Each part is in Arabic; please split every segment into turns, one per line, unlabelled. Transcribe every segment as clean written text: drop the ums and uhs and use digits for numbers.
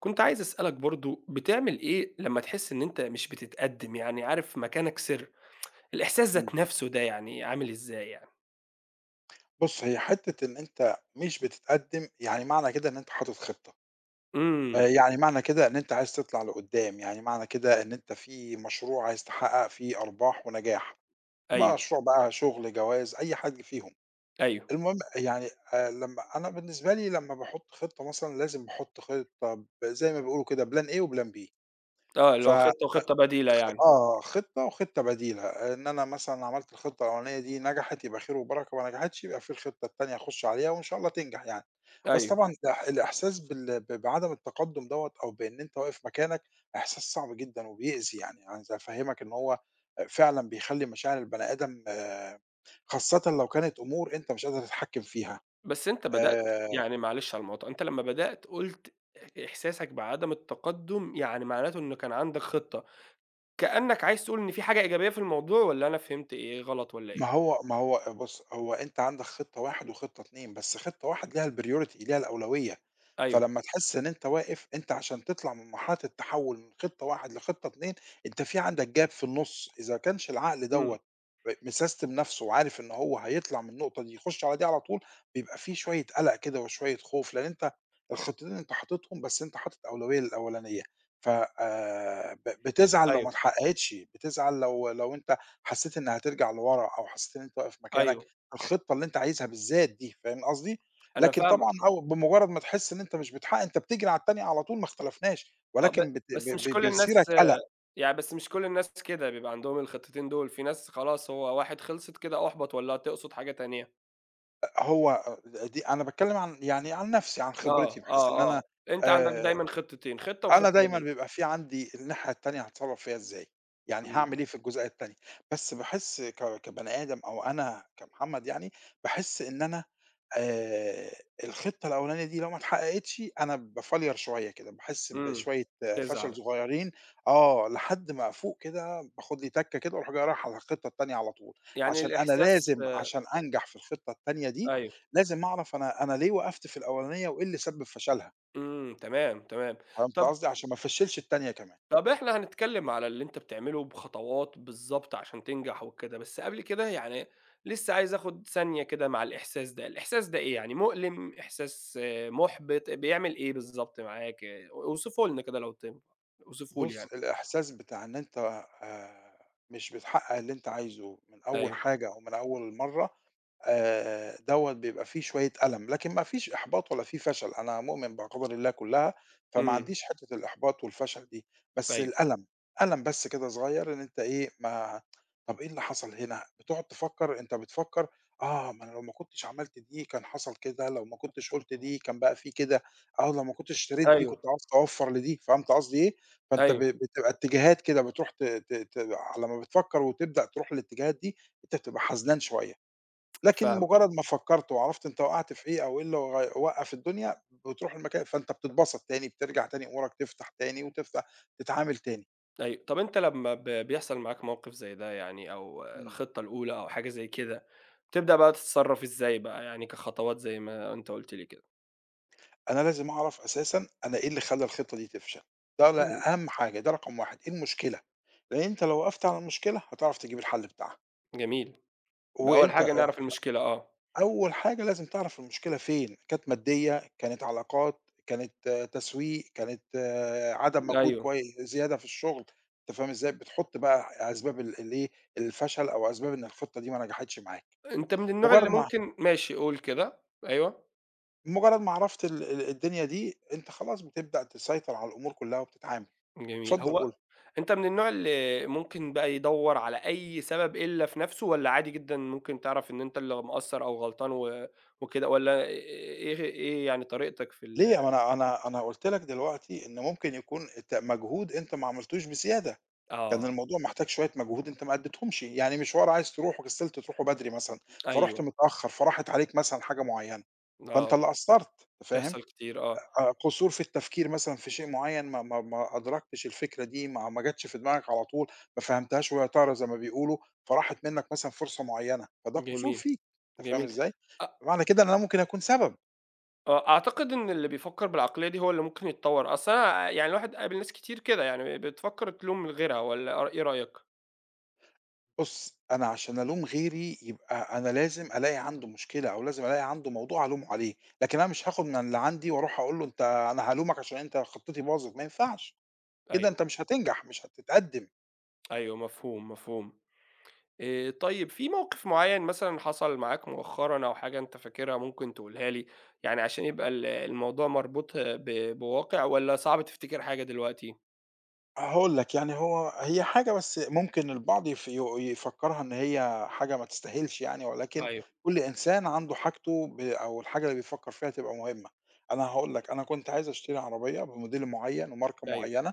كنت عايز أسألك برضه بتعمل إيه لمّا تحس إن أنت مش بتتقدّم، يعني عارف مكانك سِر، الإحساس
إمم.
ذات نفسه ده يعني عامل إزاي يعني؟
بُص، هي حتّة إن أنت مش بتتقدّم، يعني معنى كده إن أنت حاطط خطة،
إمم،
يعني معنى كده إن أنت عايز تطلع لقدّام، يعني معنى كده إن أنت في مشروع عايز تحقّق فيه أرباح ونجاح،
أيوه،
مشروع بقى شغل، جواز، أي حاجة فيهم.
أيوه،
المهم يعني لمّا أنا بالنسبة لي لمّا باحُط خطة مثلًا لازم باحُط خطة زي ما بيقولوا كده plan A وplan B
آه، اللي
ف
هو خطة وخطة بديلة يعني،
آه، خِطّة وخِطّة بديلة، إن أنا مثلًا عملت الخِطّة الأولانية دي نجحت يبقى خير وبركة، ما نجحتش يبقى في الخِطّة التانية أخُش عليها وإن شاء الله تنجح يعني، بس
أيوه،
طبعًا الإحساس بال ب بعدم التقدُّم دوّة أو بإن أنت واقف مكانك إحساس صعب جدًا وبيأذي، يعني عايز أفهّمك إن هو فعلًا بيخلّي مشاعر البني آدم آه، خاصةً لو كانت أمور أنت مش قادر تتحكّم فيها.
بس أنت بدأت
آآ
يعني معلش على المقاطعة، أنت لمّا بدأت قُلت إحساسك بعدم التقدُّم يعني معناته إنه كان عندك خطة، كأنك عايز تقول إن في حاجة إيجابية في الموضوع والّا أنا فهمت إيه غلط والّا
ما
إيه؟
هو ما هو بُص، هو أنت عندك خطة 1 وخطة 2 بس خطة 1 ليها الpriority ليها الأولوية،
أيوه،
فلمّا تحس إن أنت واقف أنت عشان تطلع من مرحلة التحول من خطة 1 لخطة 2 أنت في عندك gap في النُص، إذا كانش العقل
إمم،
دوّة مسستم نَفْسه وعارف إن هو هيطلع من النقطة دي يخش على دي على طول، بيبقى في شوية قلق كده وشوية خوف، لإن أنت الخطتين أنت حاططهم بس أنت حاطط أولوية للأولانية، ف ب بتزعل لو
أيوه،
ما اتحققتش، بتزعل لو أنت حسّيت إن هترجع لورا أو حسّيت إن أنت واقف مكانك،
أيوه،
الخطة اللي أنت عايزها بالذات دي، فاهم قصدي؟
أنا
لكن
فاهمك،
طبعًا أو بمجرّد ما تحس إن أنت مش بتحقق أنت بتجري على التانية على طول ما اختلفناش،
آه،
ولكن بت ب
بس مش
ب
كل
بيثيرك
الناس
قَلَق،
يعني بس مش كل الناس كده، بيبقى عندهم الخطتين دول، في ناس خلاص هو واحد خلصت كده أُحبَط والّا تقصد حاجة تانية؟
هو دي أنا باتكلّم عن يعني عن نَفْسي، عن
آه،
خبرتي، بحيث إن
آه، آه،
أنا
أنت عندك
آآ،
دايمًا خطتين، خطة
أنا
وخطة
دايمًا
بديلة،
بيبقى في عندي الناحية التانية هاتصرّف فيها إزاي، يعني
إمم،
هاعمل إيه في الجزئية التانية، بس باحس كبني آدم أو أنا كمحمد يعني، باحس إن أنا آآ الخطة الأولانية دي لو ما اتحققتش أنا بافليَر شوية كده، باحس
إمم،
بشوية فشل
تزعل،
صغيرين آه، لحد ما أفوق كده باخد لي تَكّة كده وأروح جاي رايح على الخطة التانية على طول،
يعني
عشان أنا
الإحساس
لازم عشان أنجح في الخطة التانية دي،
أيوه،
لازم أعرف أنا ليه وقفت في الأولانية وإيه اللي سبب فشلها،
إمم، تمام، تمام،
فهمت
طَب
قصدي؟ عشان ما أفشّلش التانية كمان.
طب إحنا هنتكلّم على اللي أنت بتعمله بخطوات بالضبط عشان تنجح وكده، بس قبل كده يعني لسه عايز آخُد ثانية كده مع الإحساس ده، الإحساس ده إيه يعني مؤلم، إحساس مُحبِط، بيعمل إيه بالضبط معاك؟ آه، اوصفه لنا كده لو تنفع، اوصفه لي
بُص،
يعني.
الإحساس بتاع إن أنت آآ مش بتحقق اللي أنت عايزه من أول
أيوه،
حاجة أو من أول مرّة دوّة بيبقى فيه شوية ألَم، لكن ما فيش إحباط ولا فيه فشل، أنا مؤمن بأقدار الله كلّها، فما
إمم،
عنديش حتّة الإحباط والفشل دي، بس
أيوه،
الألَم، ألَم بس كده صغيّر إن أنت إيه، ما طَب إيه اللي حصل هنا؟ بتقعد تفكّر، أنت بتفكّر ما أنا لو ما كنتش عملت دي كان حصل كده، لو ما كنتش قُلت دي كان بقى في كده، آه، لو ما كنتش اشتريت دي كنت
أيوه،
عاوز توفّر لدي، فهمت قصدي إيه؟ فأنت
أيوه،
بتبقى اتجاهات كده بتروح ت ت ت على ما بتفكّر وتبدأ تروح للاتجاهات دي، أنت بتبقى حزنان شوية. لكن
فاهمك،
مجرد ما فكّرت وعرفت أنت وقعت في إيه أو إيه اللي وقّف الدنيا، بتروح المكان فأنت بتتبسط تاني، بترجع تاني أمورك تفتح تاني وتفتح تتعامل تاني.
أيوه. طب أنت لمّا بيحصل معاك موقِف زي ده يعني أو
إمم.
الخطة الأولى أو حاجة زي كده، بتبدأ بقى تتصرّف إزاي بقى يعني كخطوات زي ما أنت قُلت لي كده؟
أنا لازم أعرف أساسًا أنا إيه اللي خلّى الخطة دي تفشل، ده
إمم،
أهم حاجة، ده رقم 1 إيه المشكلة؟ لإن أنت لو وقفت على المشكلة هتعرف تجيب الحل بتاعها،
جميل. بأول
وأنت
حاجة نعرف المشكلة
أول حاجة لازم تعرف المشكلة فين، كانت مادية، كانت علاقات، كانت تسويق، كانت عدم مجهود
أيوه.
كوي زيادة في الشغل، أنت فاهم إزاي؟ بتحط بقى أسباب الإيه، الفشل أو أسباب إن الخطة دي ما نجحتش معاك،
أنت من النوع اللي
مجرد ما
ممكن ماشي قُل كده، أيوه،
مجرد ما عرفت ال ال الدنيا دي، أنت خلاص بتبدأ تسيطر على الأمور كلها وبتتعامل،
جميل.
اتفضل
هو
قُل لي.
أنت من النوع اللي ممكن بقى يدوّر على أي سبب إلا في نَفْسه والّا عادي جدًا ممكن تعرف إن أنت اللي مقصّر أو غلطان و وكده والّا إيه، إيه يعني طريقتك في ال
ليه؟ ما أنا قُلت لك دلوقتي إن ممكن يكون مجهود أنت ما عملتوش بزيادة. كان
آه،
الموضوع محتاج شوية مجهود أنت ما أديتهمش، يعني مشوار عايز تروحه كسلت تروحه بدري مثلًا، فرُحت
أيوه،
متأخر، فراحت عليك مثلًا حاجة معيّنة، فأنت
آه،
اللي قصّرت، أنت فاهم؟
بتحصل كتير
قصور في التفكير مثلًا في شيء معيّن ما أدركتش الفكرة دي، ما جاتش في دماغك على طول، ما فهمتهاش وهي طايرة زي ما بيقولوا، فراحت منك مثلًا فرصة معيّنة، فده قصور
جميل،
فيك، أنت فاهم
جميل.
إزاي؟
أ
فمعنى كده إن أنا ممكن أكون سبب.
آه، أعتقد إن اللي بيفكّر بالعقلية دي هو اللي ممكن يتطوّر، أصل أنا يعني الواحد قابل ناس كتير كده، يعني بتفكّر تلوم غيرها والّا إيه رأيك؟
بُص، أنا عشان ألوم غيري يبقى أنا لازم ألاقي عنده مشكلة، أو لازم ألاقي عنده موضوع ألومه عليه، لكن أنا مش هاخد من اللي عندي وأروح أقول له أنت أنا هالومك عشان أنت خطتي باظت، ما ينفعش، كده
أيوه،
أنت مش هتنجح، مش هتتقدم.
أيوه مفهوم، مفهوم. طيب في موقف معيّن مثلًا حصل معاك مؤخرًا أو حاجة أنت فاكرها ممكن تقولها لي؟ يعني عشان يبقى الموضوع مربوط بواقع والّا صعب تفتكر حاجة دلوقتي؟
هاقول لك يعني هو هي حاجة بس ممكن البعض يف ي يفكرها إن هي حاجة ما تستاهلش يعني، ولكن
أيوه،
كل إنسان عنده حاجته أو الحاجة اللي بيفكر فيها تبقى مهمة. أنا هاقول لك، أنا كنت عايز أشتري عربية بموديل معين وماركة
أيوه.
معينة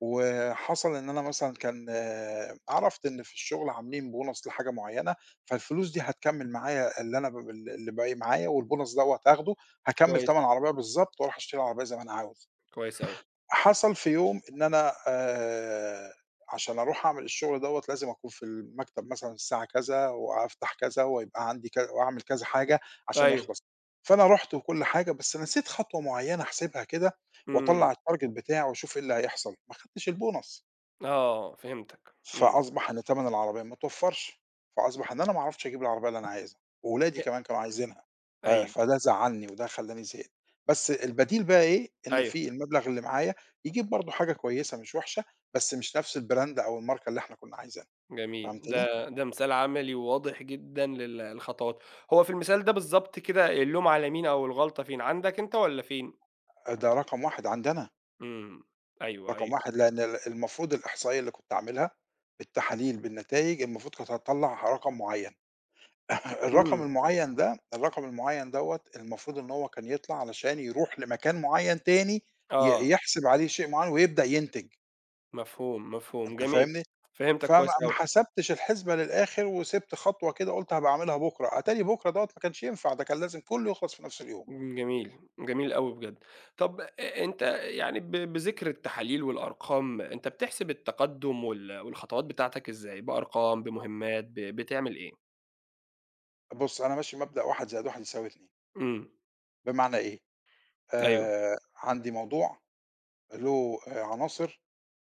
وحصل إن أنا مثلًا كان عرفت إن في الشغل عاملين bonus لحاجة معيّنة، فالفلوس دي هتكمّل معايا اللي أنا ب ال اللي باقي معايا والbonus دوّة هاخده، هاكمّل
كويس،
تَمَن العربية بالضبط وأروح أشتري العربية زي ما أنا عاوز.
كويس أوي.
حصل في يوم إن أنا عشان أروح أعمل الشغل دوّة لازم أكون في المكتب مثلًا الساعة كذا وأفتح كذا ويبقى عندي وأعمل كذا حاجة عشان
أيوه،
يخلص. فأنا رُحت وكل حاجة، بس نسيت خطوة معيّنة أحسبها كده
إمم.
وأطلّع الtarget بتاعي وأشوف إيه اللي هيحصل، ما خدتش الbonus.
آه، فهمتك. إمم.
فأصبح إن تَمَن العربية ما اتوفّرش، فأصبح إن أنا ما اعرفش أجيب العربية اللي أنا عايزها، وولادي
أ
كمان كانوا عايزينها،
أيوه،
فده زعّلني وده خلّاني زهقت، بس البديل بقى إيه، إن
أيوه.
في المبلغ اللي معايا يجيب برضه حاجة كويسة مش وحشة، بس مش نفْس الbrand أو الماركة اللي إحنا كنا عايزينها،
جميل.
فهمتني؟
ده مثال عملي وواضح جدًا الخطوات. هو في المثال ده بالضبط كده اللوم على مين أو الغلطة فين، عندك أنت والّا فين؟
ده رقم 1 عندنا،
إمم. أيوه،
رقم
أيوه.
1 لأن المفروض الإحصائية اللي كنت عاملها بالتحاليل بالنتايج، المفروض كانت هتطلّع رقم معيّن. الرقم
إمم.
المعيّن ده الرقم المعيّن دوّة المفروض إن هو كان يطلع علشان يروح لمكان معيّن تاني
آه،
يحسب عليه شيء معيّن ويبدأ ينتج،
مفهوم، مفهوم،
أنت
جميل،
فاهمني؟
فهمتك
فما
كويس
ما
أوي،
حسبتش الحسبة للآخر وسِبت خطوة كده قُلت هابقى أعملها بُكرة، أتاري بُكرة دوّة ما كانش ينفع ده كان لازم كُلّه يخلص في نفس اليوم.
إمم، جميل، جميل أوي بجد. طب أنت يعني بذكر التحاليل والأرقام، أنت بتحسب التقدُّم والخطوات بتاعتك إزاي، بأرقام، بمهمات، بتعمل إيه؟
بُص، أنا ماشي بمبدأ 1 زائد 1 يساوي 2
إمم،
بمعنى إيه،
أيوه،
عندي موضوع له عناصر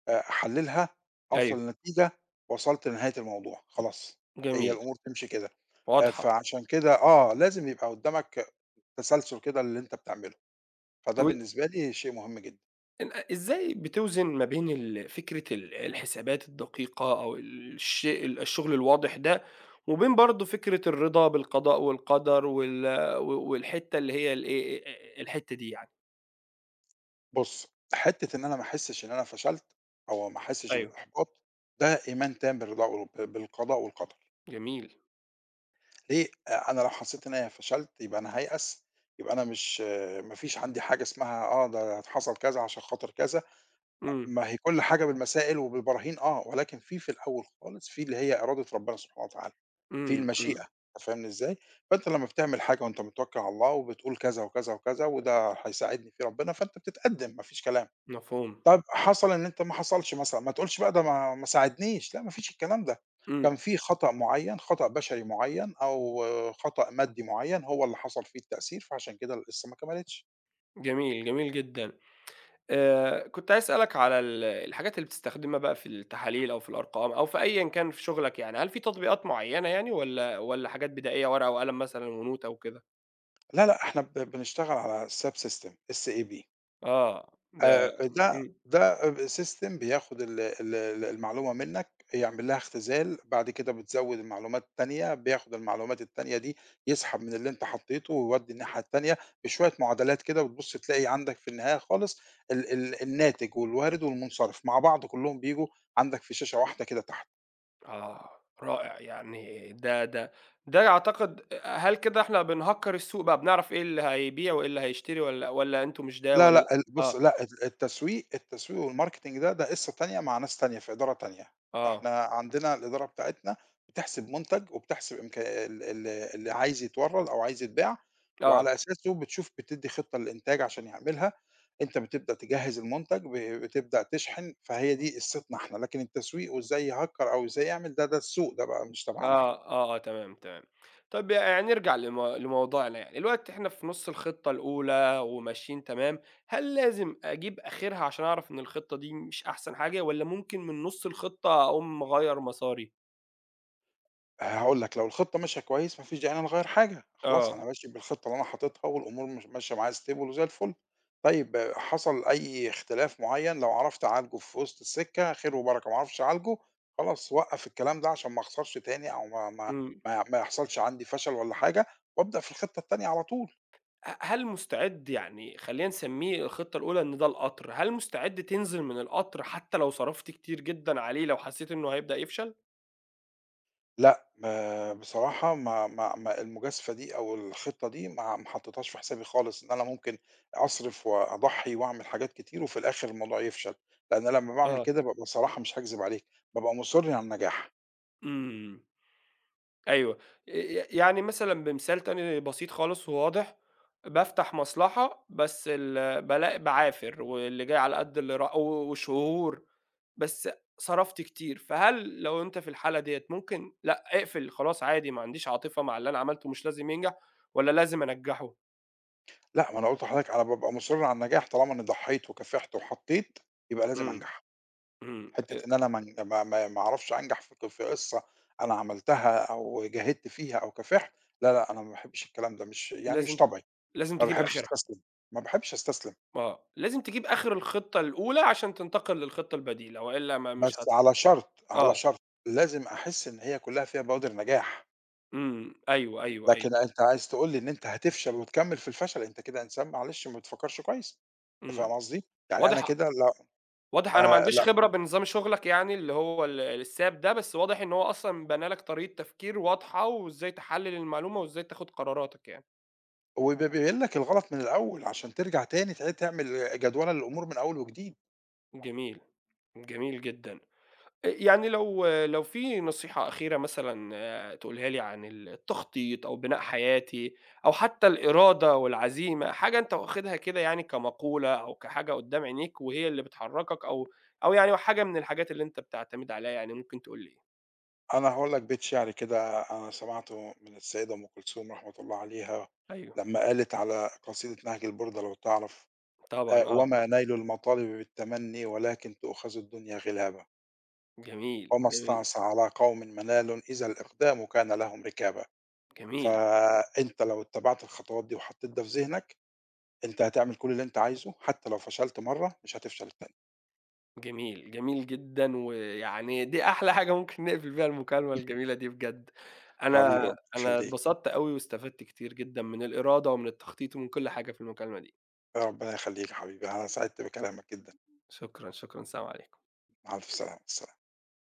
أحلّلها،
أيوه،
أوصل لنتيجة، وصلت لنهاية الموضوع، خلاص، هي
جميل،
الأمور تمشي كده.
واضحة.
فعشان كده آه، لازم يبقى قدّامك تسلسل كده للي أنت بتعمله، فده
و
بالنسبة لي شيء مهم جدًا.
إن إزاي بتوزن ما بين فكرة الحسابات الدقيقة أو الشغل الواضح ده، وبين برضه فكرة الرضا بالقضاء والقدر والحتّة اللي هي الإيه، الحتّة دي يعني؟
بُص، حتّة إن أنا ما أحسّش إن أنا فشلت، أو ما أحسّش
أيوه،
بالإحباط، ده إيمان تام بالرضا وال ب بالقضاء والقدر.
جميل.
ليه؟ أنا لو حسّيت إن أنا فشلت يبقى أنا هايأس، يبقى أنا مش ما فيش عندي حاجة اسمها ده حصل كذا عشان خاطر كذا،
إمم،
ما هي كل حاجة بالمسائل وبالبراهين آه، ولكن في الأول خالص في اللي هي إرادة ربنا سبحانه وتعالى، في
إمم،
المشيئة
إمم،
أنت فاهمني إزاي؟ فأنت لمّا بتعمل حاجة وأنت متوكل على الله وبتقول كذا وكذا وكذا وده هيساعدني فيه ربنا، فأنت بتتقدم ما فيش كلام.
مفهوم.
طب حصل إن أنت ما حصلش مثلًا، ما تقولش بقى ده ما ساعدنيش، لأ ما فيش الكلام ده،
إمم،
كان في خطأ معين، خطأ بشري معين أو خطأ مادي معين هو اللي حصل فيه التأثير، فعشان كده القصة ما كملتش.
جميل، جميل جدًا. كنت عايز أسألك على الحاجات اللي بتستخدمها بقى في التحاليل أو في الأرقام أو في أيًا كان في شغلك يعني، هل في تطبيقات معيّنة يعني والّا حاجات بدائية ورقة وقلم مثلًا ونوتة وكده؟
لا، لأ، إحنا بنشتغل على الSAP System، SAP.
آه، ده
ده
إمم،
ده ب system بياخد ال ال ال المعلومة منّك، يعمل لها اختزال، بعد كده بتزوّد المعلومات التانية، بياخد المعلومات التانية دي يسحب من اللي أنت حطّيته ويودّي الناحية التانية، بشوية معادلات كده وتبُص تلاقي عندك في النهاية خالص ال ال الناتج والوارد والمنصرف مع بعض كلّهم بييجوا عندك في شاشة واحدة كده تحت.
آه، رائع، يعني ده أعتقد هل كده إحنا بنهكّر السوق بقى، بنعرف إيه اللي هيبيع وإيه اللي هيشتري والّا أنتم مش ده
لا،
والّا
لأ، بُص
آه،
لأ، ال التسويق التسويق والmarketing ده، ده قصة تانية مع ناس تانية في إدارة تانية. إحنا
آه،
عندنا الإدارة بتاعتنا بتحسب منتج وبتحسب إمكا ال ال اللي عايز يتورّد أو عايز يتباع،
آه،
وعلى أساسه بتشوف بتدّي خطة للإنتاج عشان يعملها، أنت بتبدأ تجهّز المنتج، بتبدأ تشحن، فهي دي قصتنا إحنا، لكن التسويق وإزاي يهكّر أو إزاي يعمل ده، ده السوق ده بقى مش
آه،
تبعنا إحنا.
آه، آه، تمام، تمام. طب يعني نرجع لموضوعنا يعني، دلوقتي إحنا في نُص الخطة الأولى وماشيين تمام، هل لازم أجيب آخرها عشان أعرف إن الخطة دي مش أحسن حاجة والّا ممكن من نُص الخطة أقوم مغيّر مساري؟
هاقول لك، لو الخطة ماشية كويس ما فيش داعي إن أنا أغيّر حاجة، خلاص
آه،
أنا ماشي بالخطة اللي أنا حاططها والأمور مش ماشية معايا stable وزي الفل. طيب حصل أي اختلاف معيّن لو عرفت أعالجه في وسط السكة خير وبركة، ما عرفتش أعالجه خلاص وقّف الكلام ده عشان ما أخسرش تاني أو ما ما
إمم،
ما ما يحصلش عندي فشل والّا حاجة، وأبدأ في الخطة التانية على طول.
هل مستعد يعني خلّينا نسمّيه الخطة الأولى إن ده القطر، هل مستعد تنزل من القطر حتى لو صرفت كتير جدًا عليه لو حسيت إنه هيبدأ يفشل؟
لأ، ما بصراحة ما المجازفة دي أو الخطة دي ما حطيتهاش في حسابي خالص، إن أنا ممكن أصرف وأضحي وأعمل حاجات كتير وفي الآخر الموضوع يفشل، لأن لمّا باعمل
آه،
كده بابقى بصراحة مش هاكذب عليك، بابقى مُصِر على النجاح،
إمم، أيوه، يعني مثلًا بمثال تاني بسيط خالص وواضح، بافتح مصلحة بس بالاقي باعافر واللي جاي على قد اللي راح و وشهور، بس صرفت كتير، فهل لو أنت في الحالة ديّة ممكن لأ اقفل خلاص عادي ما عنديش عاطفة مع اللي أنا عملته مش لازم ينجح والّا لازم أنجّحه؟
لأ، ما أنا قُلت لحضرتك أنا بابقى مُصِر على النجاح طالما إني ضحيت وكافحت وحطيت يبقى لازم
إمم.
أنجح،
إمم،
حتّة إن أنا ما أن ما ما ما أعرفش أنجح في في قصة أنا عملتها أو جاهدت فيها أو كافحت، لا، لأ، أنا ما باحبش الكلام ده مش يعني مش
لازم
طبعي، ما
تجيب
باحبش
آخرها،
أستسلم، ما باحبش أستسلم.
آه، لازم تجيب آخر الخطة الأولى عشان تنتقل للخطة البديلة، وإلا ما مش
بس
هت
على شرط، على
آه،
شرط، لازم أحس إن هي كلّها فيها بوادر نجاح،
إمم، أيوه، أيوه، أيوه،
لكن أنت عايز تقول لي إن أنت هتفشل وتكمّل في الفشل، أنت كده إنسان معلش ما بتفكّرش كويس، أنت فاهم
إمم،
قصدي؟ يعني أنا
واضح
كده لأ
واضح أنا ما عنديش
لأ،
خبرة بنظام شغلك يعني اللي هو الSAP ده، بس واضح إن هو أصلًا بنى لك طريقة تفكير واضحة، وإزاي تحلل المعلومة، وإزاي تاخد قراراتك يعني،
وبيبين لك الغلط من الأول عشان ترجع تاني تعمل جدولة للأمور من أول وجديد،
جميل، جميل جدًا. يعني لو في نصيحة أخيرة مثلًا آه، تقولها لي عن التخطيط أو بناء حياتي أو حتى الإرادة والعزيمة، حاجة أنت واخدها كده يعني كمقولة أو كحاجة قدّام عينيك وهي اللي بتحركك أو يعني حاجة من الحاجات اللي أنت بتعتمد عليها يعني ممكن تقول لي إيه؟
أنا هاقول لك بيت شعر كده أنا سمعته من السيدة أم كلثوم رحمة الله عليها،
أيوه،
لمّا قالت على قصيدة نهج البُردة لو تعرف،
طبعًا آه،
وما نيل المطالب بالتمنّي ولكن تؤخذ الدنيا غلابًا.
جميل،
وما
جميل،
استعصى على قوم منال إذا الإقدام كان لهم ركابة،
جميل.
فأنت لو اتبعت الخطوات دي وحطيت ده في ذهنك، أنت هتعمل كل اللي أنت عايزه، حتى لو فشلت مرة مش هتفشل التانية،
جميل، جميل جدًا، ويعني دي أحلى حاجة ممكن نقفل بيها المكالمة الجميلة دي بجد.
حبيبي
أنا
ربنا
أنا
يخليك،
اتبسطت أوي واستفدت كتير جدًا من الإرادة ومن التخطيط ومن كل حاجة في المكالمة دي.
ربنا يخليك يا حبيبي، أنا سعدت بكلامك جدًا،
شكرًا، شكرًا، سلام عليكم.
مع ألف سلامة، السلا